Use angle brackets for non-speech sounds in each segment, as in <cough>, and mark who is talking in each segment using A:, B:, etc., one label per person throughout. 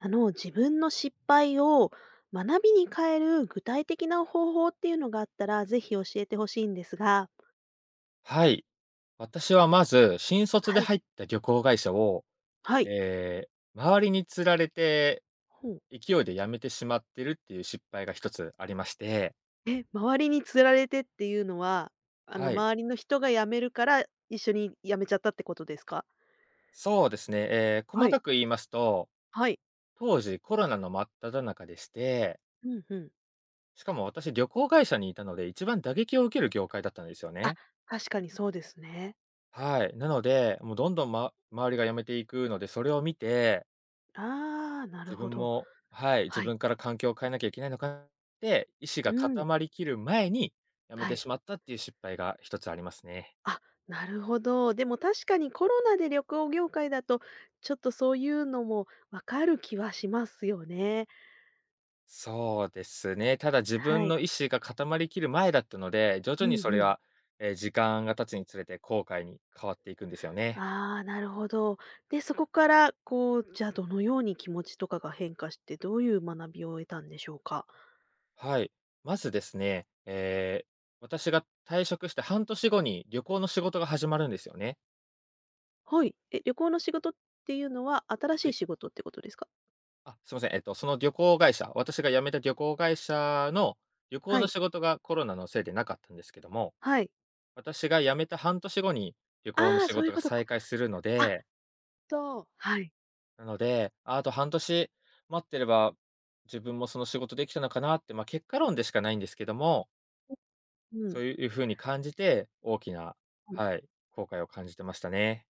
A: 自分の失敗を学びに変える具体的な方法っていうのがあったら、ぜひ教えてほしいんですが。
B: はい。私はまず、新卒で
A: はい。
B: 入った旅行会社を、
A: はい。
B: えー周りに釣られて、
A: ほう。
B: 勢いで辞めてしまってるっていう失敗が一つありまして。
A: え、周りに釣られてっていうのは、
B: はい。
A: 周りの人が辞めるから、一緒に辞めちゃったってことですか？
B: そうですね、細
A: はい。
B: かく言いますと、
A: はい。
B: 当時コロナの真っ只中でして、
A: うんうん。
B: しかも私旅行会社にいたので、一番打撃を受ける業界だったんですよ
A: あ、
B: ね。
A: 確かにそうですね。
B: はい。なので、もうどんどん周りが辞めていくので、それを見て
A: ああ、な
B: 自
A: るほ
B: 分
A: ど。
B: もはい、自
A: はい。
B: 分から環境を変えなきゃいけないのかなって、意志
A: う
B: が固
A: ん。
B: まりきる前に辞め
A: は
B: て
A: い。
B: しまったっていう失敗が一つありますね。
A: あ、なるほど。でも確かにコロナで旅行業界だと、ちょっとそういうのもわかる気はしますよね。
B: そうですね。ただ自
A: は
B: 分
A: い。
B: の意志が固まりきる前だったので、徐々
A: う
B: に
A: ん
B: それ
A: うん。
B: は、時間が経つにつれて後悔に変わっていくんですよね。
A: ああ、なるほど。で、そこからこう、じゃあどのように気持ちとかが変化して、どういう学びを得たんでしょうか？
B: はい。まずですね、私が退職して半年後に旅行の仕事が始まるんですよね。
A: はい。え、旅行の仕事っていうのは、新し
B: は
A: い
B: い。
A: 仕事ってことですか？
B: あ、すいません。その旅行会社、私が辞めた旅行会社の旅行
A: は
B: の
A: い。
B: 仕事がコロナのせいでなかったんですけども、
A: はい。
B: 私が辞めた半年後に旅行の
A: ああ、
B: 仕
A: そうい
B: 事
A: う
B: が
A: ことか。
B: 再開するの
A: あ、
B: で、
A: はい。
B: なので、ああと半年待ってれば、自分もその仕事できたのかなって、ま、結果論でしかないんですけども、
A: う
B: そ
A: ん。
B: ういうふうに感じて、大きな、はい、後悔を感じてましたね。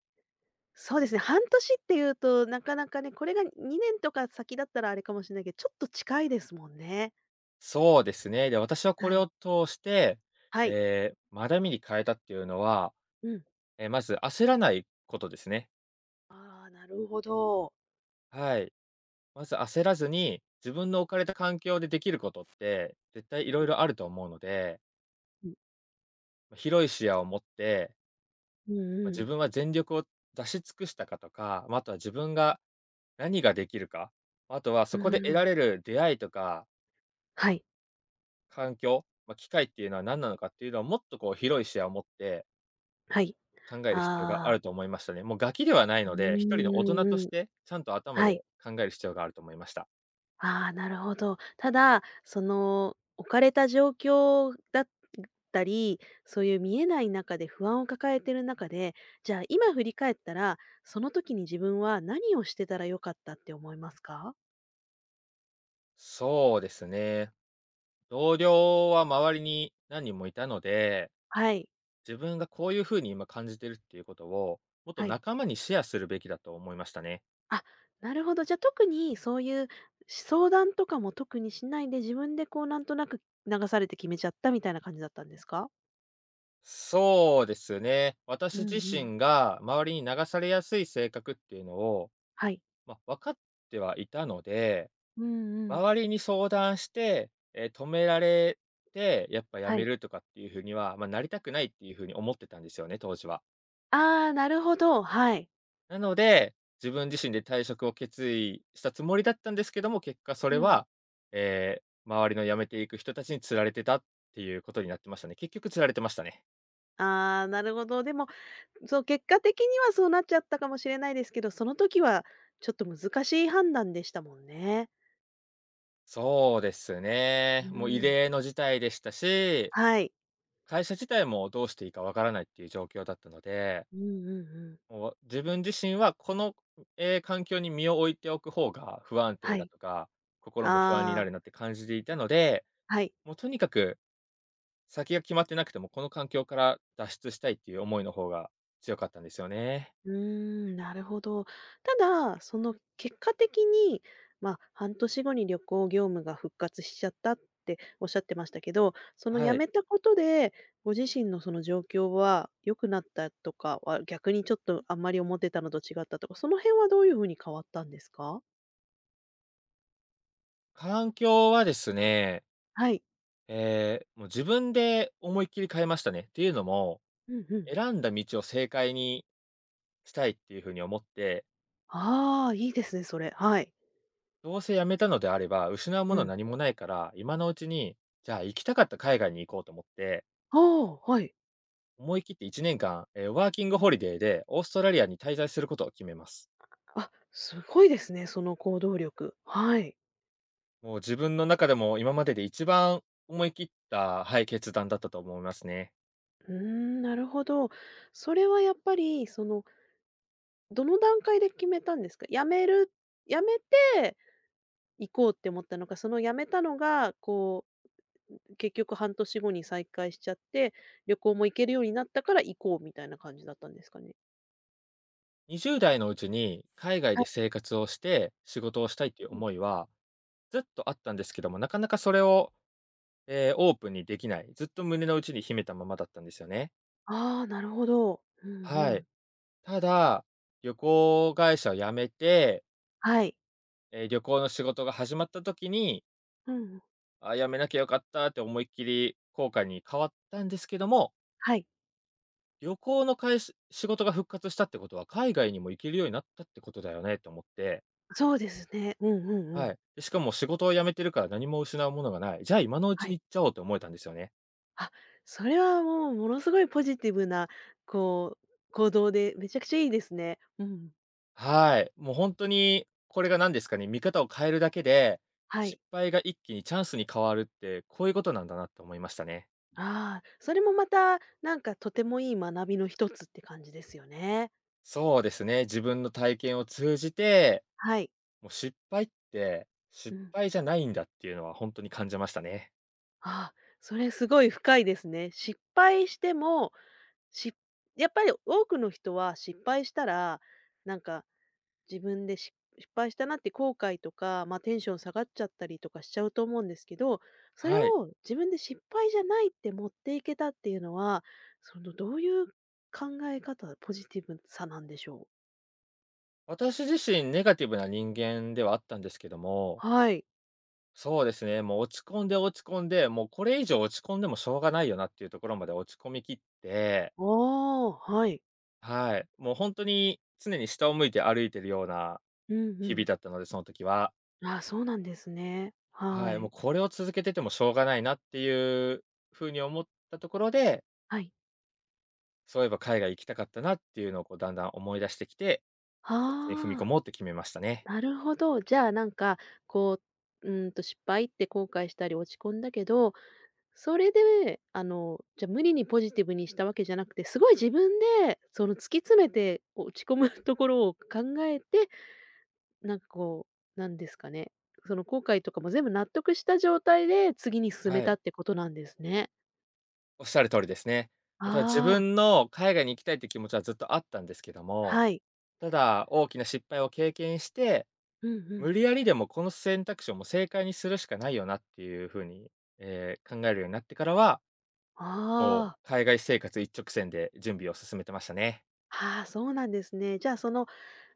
A: そうですね、半年っていうと、なかなかね、これが2年とか先だったらあれかもしれないけど、ちょっと近いですもんね。
B: そうですね。で、私はこ
A: は
B: れを
A: い。
B: 通して、
A: はい。
B: 学びに変えたっていうのは
A: うん。
B: まず焦らないことですね。
A: ああ、なるほど。
B: はい。まず焦らずに、自分の置かれた環境でできることって、絶対いろいろあると思うので、
A: うん。
B: ま、広い視野を持って、
A: うん
B: ま、
A: う
B: 自
A: ん。
B: 分は全力を出し尽くしたかとか、ま、ああとは自分が何ができるか、あとはそ
A: う
B: こで得ら
A: ん。
B: れる出会いとか、
A: はい。
B: 環境、まあ、機会っていうのは何なのかっていうのをもっとこう広い視野を持って
A: はい。
B: 考える必要があ
A: ああ、
B: ると思いましたね。もうガキではない
A: う
B: の
A: ん、
B: で、一人の大
A: う
B: 人と
A: ん
B: し
A: うん。
B: て、ちゃんと頭
A: はい。
B: で考える必要があると思いました。
A: ああ、なるほど。ただ、置かれた状況だったり、そういう見えない中で不安を抱えてる中で、じゃあ今振り返ったら、その時に自分は何をしてたら良かったって思いますか？
B: そうですね。同僚は周りに何人もいたので、
A: はい、
B: 自分がこういう風に今感じてるっていうことを、もっと
A: はい。
B: 仲間にシェアするべきだと思いましたね。
A: あ、なるほど。じゃ、特にそういう相談とかも特にしないで、自分でこうなんとなく流されて決めちゃったみたいな感じだったんですか？
B: そうですね。
A: う
B: 私自
A: んうん。
B: 身が周りに流されやすい性格っていうのを、
A: はい。
B: まあ、分かってはいたので、
A: うんうん。
B: 周りに相談して、止められて、やっぱ辞
A: は
B: め
A: い。
B: るとかっていう風には、まあ、なりたくないっていう風に思ってたんですよね、当時は。
A: ああ、なるほど、はい。
B: なので、自分自身で退職を決意したつもりだったんですけども、結果そ
A: う
B: れ
A: ん。
B: は、え周りの辞めていく人たちに釣られてたっていうことになってましたね。結局釣られてましたね。
A: ああ、なるほど。でも、そう、結果的にはそうなっちゃったかもしれないですけど、その時はちょっと難しい判断でしたもんね。
B: そうです
A: う
B: ね。もう異
A: ん。
B: 例の事態でしたし、
A: はい。
B: 会社自体もどうしていいかわからないっていう状況だったので、
A: うんうんうん。
B: もう自分自身はこの、環境に身を置いておく方が不安定
A: は
B: だ
A: い。
B: とか、心も不安にな
A: ああ、
B: るなって感じていたので、
A: はい。
B: もうとにかく先が決まってなくても、この環境から脱出したいっていう思いの方が強かったんですよね。
A: うーん、なるほど。ただ、その結果的に、まあ、半年後に旅行業務が復活しちゃったっておっしゃってましたけど、その
B: は
A: 辞
B: い。
A: めたことで、ご自身のその状況は良くなったとかは、逆にちょっとあんまり思ってたのと違ったとか、その辺はどういうふうに変わったんですか？
B: 環境はですね、
A: はい。
B: もう自分で思いっきり変えましたね。っていうのも、
A: うんうん。
B: 選んだ道を正解にしたいっていうふうに思って、
A: ああ、いいですね、それ。はい。
B: どうせ辞めたのであれば、失うも
A: う
B: のは
A: ん。
B: 何もないから、今のうちに、じゃあ行きたかった海外に行こうと思って、
A: ああ、はい。
B: 思い切って1年間、ワーキングホリデーでオーストラリアに滞在することを決めます。
A: あ、すごいですね、その行動力。はい。
B: もう自分の中でも今までで一番思い切った、はい、決断だったと思いますね。
A: うーん、なるほど。それはやっぱり、その、どの段階で決めたんですか？辞めて行こうって思ったのか、その辞めたのが、こう、結局半年後に再開しちゃって、旅行も行けるようになったから行こうみたいな感じだったんですかね？
B: 20代のうちに海外
A: は
B: で
A: い。
B: 生活をして仕事をしたいっていう
A: うん
B: 思いはずっとあったんですけども、なかなかそれを、オープンにできない。ずっと胸の内に秘めたままだったんですよね。
A: ああ、なるほど。うんう
B: はい。
A: ん。
B: ただ、旅行会社を辞めて、
A: はい。
B: 旅行の仕事が始まった時に、
A: うんうん。
B: あ、辞めなきゃよかったって思いっきり後悔に変わったんですけども、
A: はい。
B: 旅行のかいし仕事が復活したってことは、海外にも行けるようになったってことだよねと思って、
A: そうですね。うんうんう
B: は
A: ん。
B: い。で、しかも仕事を辞めてるから何も失うものがない。じゃあ今のうち
A: は
B: に
A: い。
B: 行っちゃおうと思えたんですよね。
A: あ、それはもうものすごいポジティブな、こう、行動でめちゃくちゃいいですね。うん。
B: はい。もうほんとに、これが何ですかね、見方を変えるだけで、
A: はい。
B: 失敗が一気にチャンスに変わるって、こういうことなんだなって思いましたね。
A: ああ、それもまた、なんかとてもいい学びの一つって感じですよね。
B: そうですね、自分の体験を通じて、
A: はい。
B: もう失敗って、
A: う
B: 失
A: ん。
B: 敗じゃないんだっていうのはほんとに感じましたね。
A: ああ、それすごい深いですね。失敗しても、しやっぱり多くの人は失敗したら、なんか自分で失敗したなって後悔とか、まあ、テンション下がっちゃったりとかしちゃうと思うんですけど、それ
B: はい。
A: を自分で失敗じゃないって持っていけたっていうのは、そのどういう考え方、ポジティブさなんでしょう？
B: 私自身ネガティブな人間ではあったんですけども、
A: はい。
B: そうですね、もう落ち込んで落ち込んで、もうこれ以上落ち込んでもしょうがないよなっていうところまで落ち込みきって、
A: ああ、はい。
B: はい、もう本当に常に下を向いて歩いてるような
A: うんう
B: 日々
A: ん。
B: だったので、その時は。
A: あ、そうなんですね。
B: は
A: は
B: い、もう
A: い。
B: これを続けててもしょうがないなっていう風に思ったところで、
A: はい。
B: そういえば海外行きたかったなっていうのをこうだんだん思い出してきて、そっちに踏み込
A: あ
B: もうって決めましたね。
A: あ、なるほど。じゃあ、なんか、こう、失敗って後悔したり落ち込んだけど、それで、じゃ、無理にポジティブにしたわけじゃなくて、すごい自分で、その、突き詰めて、落ち込む <laughs> ところを考えて、なんか、こう、なんですかね、その後悔とかも全部納得した状態で次に進め
B: は
A: た
B: い。
A: ってことなんですね。
B: おっしゃる通りですね。もうただ自
A: ああ、
B: 分の海外に行きたいって気持ちはずっとあったんですけども、
A: はい。
B: ただ大きな失敗を経験して、
A: うんう
B: 無
A: ん。
B: 理やりでもこの選択肢をもう正解にするしかないよなっていう風に、考えるようになってからは、もう
A: ああ。
B: 海外生活一直線で準備を進めてましたね。
A: ああ、そうなんですね。じゃあ、その、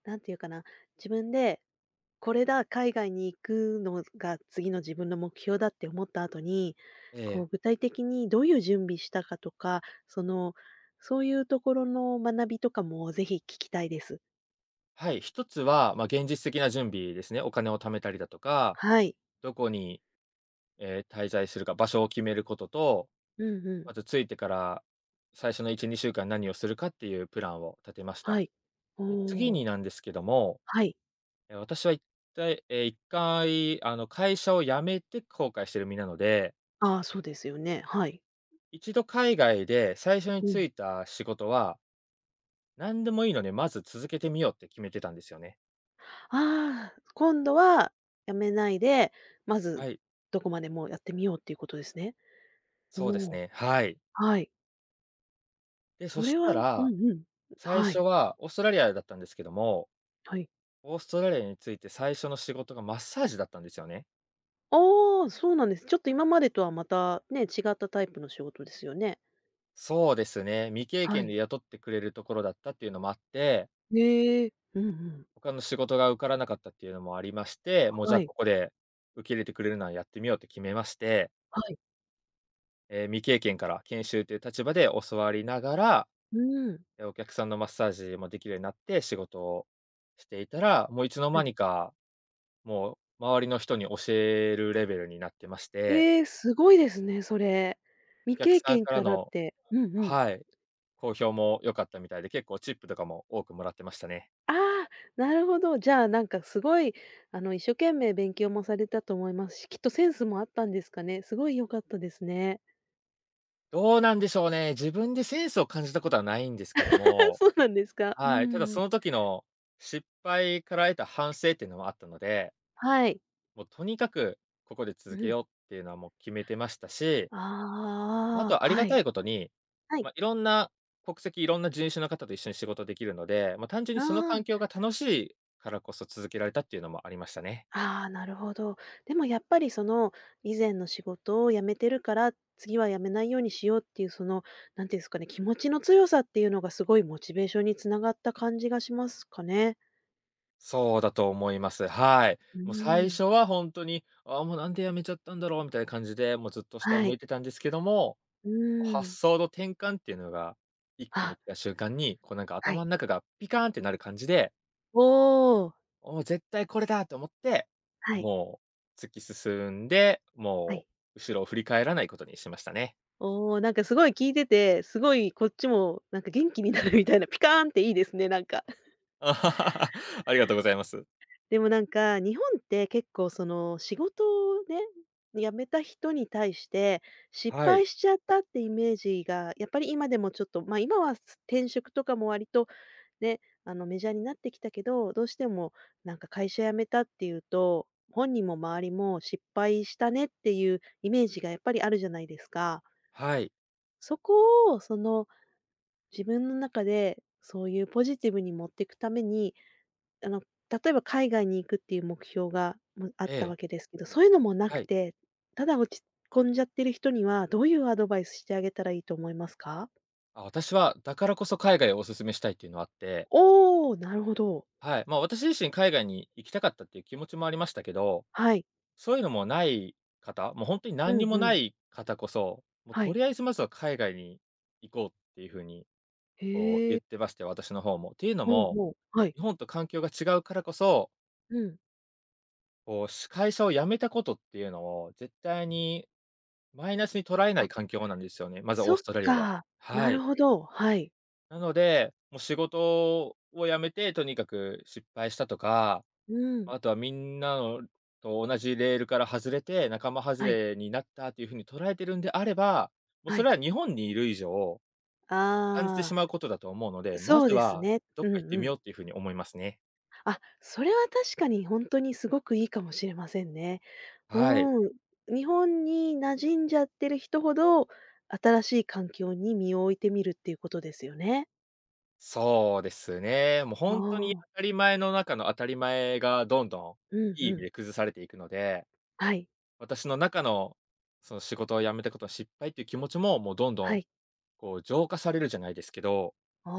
A: なんていうかな、自分でこれだ、海外に行くのが次の自分の目標だって思った後に、
B: え
A: こ
B: え、
A: う具体的にどういう準備したかとか、その、そういうところの学びとかもぜひ聞きたいです。
B: はい、一つは、まあ、現実的な準備ですね。お金を貯めたりだとか、
A: はい。
B: どこに、滞在するか、場所を決めることと
A: うんうん。
B: まず着いてから、最初の1、2週間何をするかっていうプランを立てました。
A: はい。お
B: で、次に
A: お、
B: なんですけども、
A: はい。
B: 私は一体回あの、会社を辞めて後悔してる身なので、
A: ああ、そうですよね。はい。
B: 一度海外で最初に
A: う
B: 就
A: ん。
B: いた仕事は、何でもいいので、まず続けてみようって決めてたんですよね。
A: ああ、今度はやめないで、まず
B: はい、
A: どこまでもやってみようっていうことですね。お
B: そうです
A: お、
B: ね、はい。
A: はい。
B: で、
A: そ
B: そし
A: れ
B: た
A: はう
B: ら、
A: んうん。
B: 最
A: は
B: 初
A: い、
B: はオーストラリアだったんですけども、
A: はい。
B: オーストラリアについて最初の仕事がマッサージだったんですよね。
A: ああ、そうなんです。ちょっと今までとはまたね、違ったタイプの仕事ですよね。
B: そうですね。未経
A: は
B: 験で
A: い。
B: 雇ってくれるところだったっていうのもあって、
A: ええ、うんうん。
B: 他の仕事が受からなかったっていうのもありまして、もうじゃ
A: は
B: あ
A: い、
B: ここで受け入れてくれるならやってみようって決めまして、
A: はい。
B: 未経験から研修という立場で教わりながら、
A: うーん、
B: お客さんのマッサージもできるようになって仕事をしていたら、もういつの
A: は
B: 間
A: い。
B: にか、もう周りの人に教えるレベルになってまして、
A: ええ、すごいですね、それ。
B: お
A: 未
B: 客
A: 経
B: さん
A: 験
B: から
A: からっ
B: の
A: て。うんうん。
B: はい、好評も良かったみたいで、結構チップとかも多くもらってましたね。
A: ああ、なるほど。じゃあ、なんかすごい、一生懸命勉強もされたと思いますし、きっとセンスもあったんですかね。すごい良かったですね。
B: どうなんでしょうね。自分でセンスを感じたことはないんですけど
A: <laughs>
B: も、
A: そうなんですか。う
B: はい、ただそ
A: ん。
B: の時の失敗から得た反省っていうのもあったので、
A: はい。
B: もうとにかくここで
A: う
B: 続け
A: ん。
B: ようっていうのはもう決めてましたし、と
A: ああ、
B: はあり
A: は
B: がた
A: い。
B: いことに、
A: はい。
B: いろんな国籍、いろんな人種の方と一緒に仕事できるので、単純に
A: あ
B: その
A: あ、
B: 環境が楽しいからこそ続けられたっていうのもありましたね。
A: ああ、なるほど。でもやっぱりその、以前の仕事を辞めてるから、次は辞めないようにしようっていうその、なんていうんですかね、気持ちの強さっていうのがすごいモチベーションに繋がった感じがしますかね。
B: そうだと思います。はい。
A: う
B: もう最
A: ーん。
B: 初は本当に、ああ、もうなんでやめちゃったんだろうみたいな感じで、もうずっと下を
A: は
B: 向い
A: い。
B: てたんですけども、
A: うー
B: 発
A: ん。
B: 想の転換っていうのが、一気
A: あ、
B: に来た瞬間に、こうなんか
A: は
B: 頭の
A: い。
B: 中がピカーンってなる感じで、
A: おお。
B: 「絶対これだ！」と思って、
A: はい、
B: もう突き進んで、
A: は
B: も
A: い。
B: う後ろを振り返らないことにしましたね。
A: おお、なんかすごい聞いてて、すごいこっちもなんか元気になるみたいな、ピカーンっていいですね、なんか。
B: <laughs> あはははありがとうございます。
A: でもなんか、日本って結構その仕事をね、辞めた人に対して、失
B: はい、
A: 敗しちゃったってイメージがやっぱり今でもちょっと、ま、今は転職とかも割とね、メジャーになってきたけど、どうしてもなんか会社辞めたっていうと、本人も周りも失敗したねっていうイメージがやっぱりあるじゃないですか。
B: はい、
A: そこをその自分の中でそういうポジティブに持っていくために、あの、例えば海外に行くっていう目標が、あっ
B: え
A: た
B: え、
A: わけですけど、そういうのもな
B: は
A: く
B: い。
A: て、ただ落ち込んじゃってる人には、どういうアドバイスしてあげたらいいと思いますか？
B: あ、私はだからこそ海外をお勧めしたいっていうのはあって、
A: おお、なるほど。
B: はい、私自身海外に行きたかったっていう気持ちもありましたけど、
A: はい。
B: そういうのもない方、もう本当に何
A: う
B: に
A: ん
B: も
A: う
B: な
A: ん。
B: い方こそ、もう
A: は
B: と
A: い。
B: りあえずまずは海外に行こうっていう風に、こう
A: へえ。
B: 言ってまして、私の方も。っていうの
A: ほう
B: も、
A: ほう。はい。
B: 日本と環境が違うからこそ、
A: うん。
B: こう、会社を辞めたことっていうのを絶対にマイナスに捉えな
A: あ、
B: い環境なんですよね、まずオー
A: そっ
B: ストラリアは。
A: か。
B: は
A: なる
B: い。
A: ほど。はい。
B: なので、もう仕事を辞めてとにかく失敗したとか、
A: うん。
B: あとはみんなのと同じレールから外れて、仲間外
A: はい。
B: れになったというふうに捉えてるんであれば、もう
A: は
B: それ
A: い。
B: は日本にいる以上、感じて
A: あ
B: し
A: あ、
B: まうことだと思うので、ま
A: そう
B: ず
A: です
B: は
A: ね。
B: どっ
A: うん
B: か行って
A: う
B: みよう
A: ん。
B: っていうふうに思いますね。
A: あ、それは確かに本当にすごくいいかもしれませんね。
B: はい。
A: うん。日本に馴染んじゃってる人ほど、新しい環境に身を置いてみるっていうことですよね。
B: そうですね。もう
A: あ
B: 本当に
A: あ、
B: 当たり前の中の当たり前がどんど
A: う
B: ん
A: ん
B: いい意
A: う
B: 味
A: ん。
B: で崩されていくので、
A: はい、
B: 私の中のその仕事を辞めたことの失敗っていう気持ちも、もうどんど
A: は
B: ん
A: い。
B: こう浄化されるじゃないですけど、
A: あ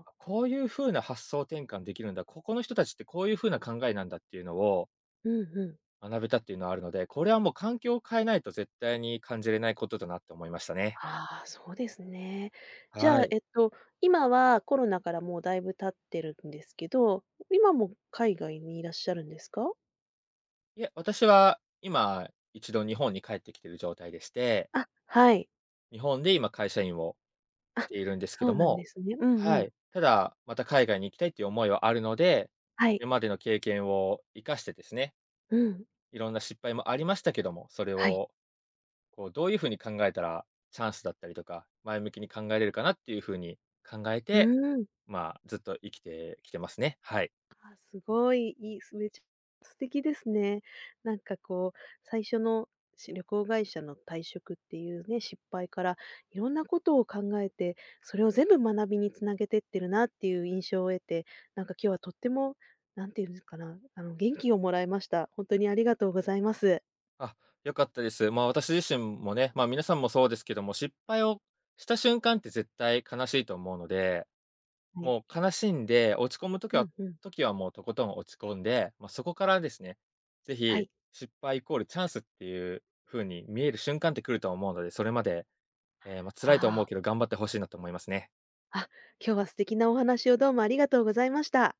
A: あ、
B: あ、こういう風な発想転換できるんだ、ここの人たちってこういう風な考えなんだっていうのを
A: うんうん。
B: 学べたっていうのはあるので、これはもう環境を変えないと絶対に感じれないことだなって思いましたね。
A: ああ、そうですね。じ
B: は
A: ゃあ、
B: い。
A: えっと、今はコロナからもうだいぶ経ってるんですけど、今も海外にいらっしゃるんですか？
B: いえ、私は今一度日本に帰ってきてる状態でして、
A: あ、はい。
B: 日本で今会社員をしているんですけ
A: そ
B: ど
A: うなんで
B: も、
A: すね。うんう
B: は
A: ん。
B: い。ただ、また海外に行きたいっていう思いはあるので、
A: はい。
B: 今までの経験を生かしてですね、
A: うん。
B: いろんな失敗もありましたけども、それ
A: はい。
B: をこう、どういう風に考えたら、チャンスだったりとか、前向きに考えれるかなっていう風に考え
A: う
B: て、
A: ーん。
B: ずっと生きてきてますね。はい。
A: あすごい、いい、すめちゃ素敵ですね。なんかこう、最初の旅行会社の退職っていうね、失敗から、いろんなことを考えて、それを全部学びにつなげてってるなっていう印象を得て、なんか今日はとっても、なんていうんですかな、元気をもらいました。本当にありがとうございます。
B: あ、良かったです。私自身もね、皆さんもそうですけども、失敗をした瞬間って絶対悲しいと思うので、
A: はい。
B: もう悲しんで落ち込む時
A: う
B: は
A: んうん。
B: 時はもうとことん落ち込んで、そこからですね、ぜ
A: は
B: ひ
A: い。
B: 失敗イコールチャンスっていう風に見える瞬間って来ると思うので、それまで、ええ、辛いと思う
A: あ
B: けど頑張ってほしいなと思いますね。
A: あ、あ、今日は素敵なお話をどうもありがとうございました。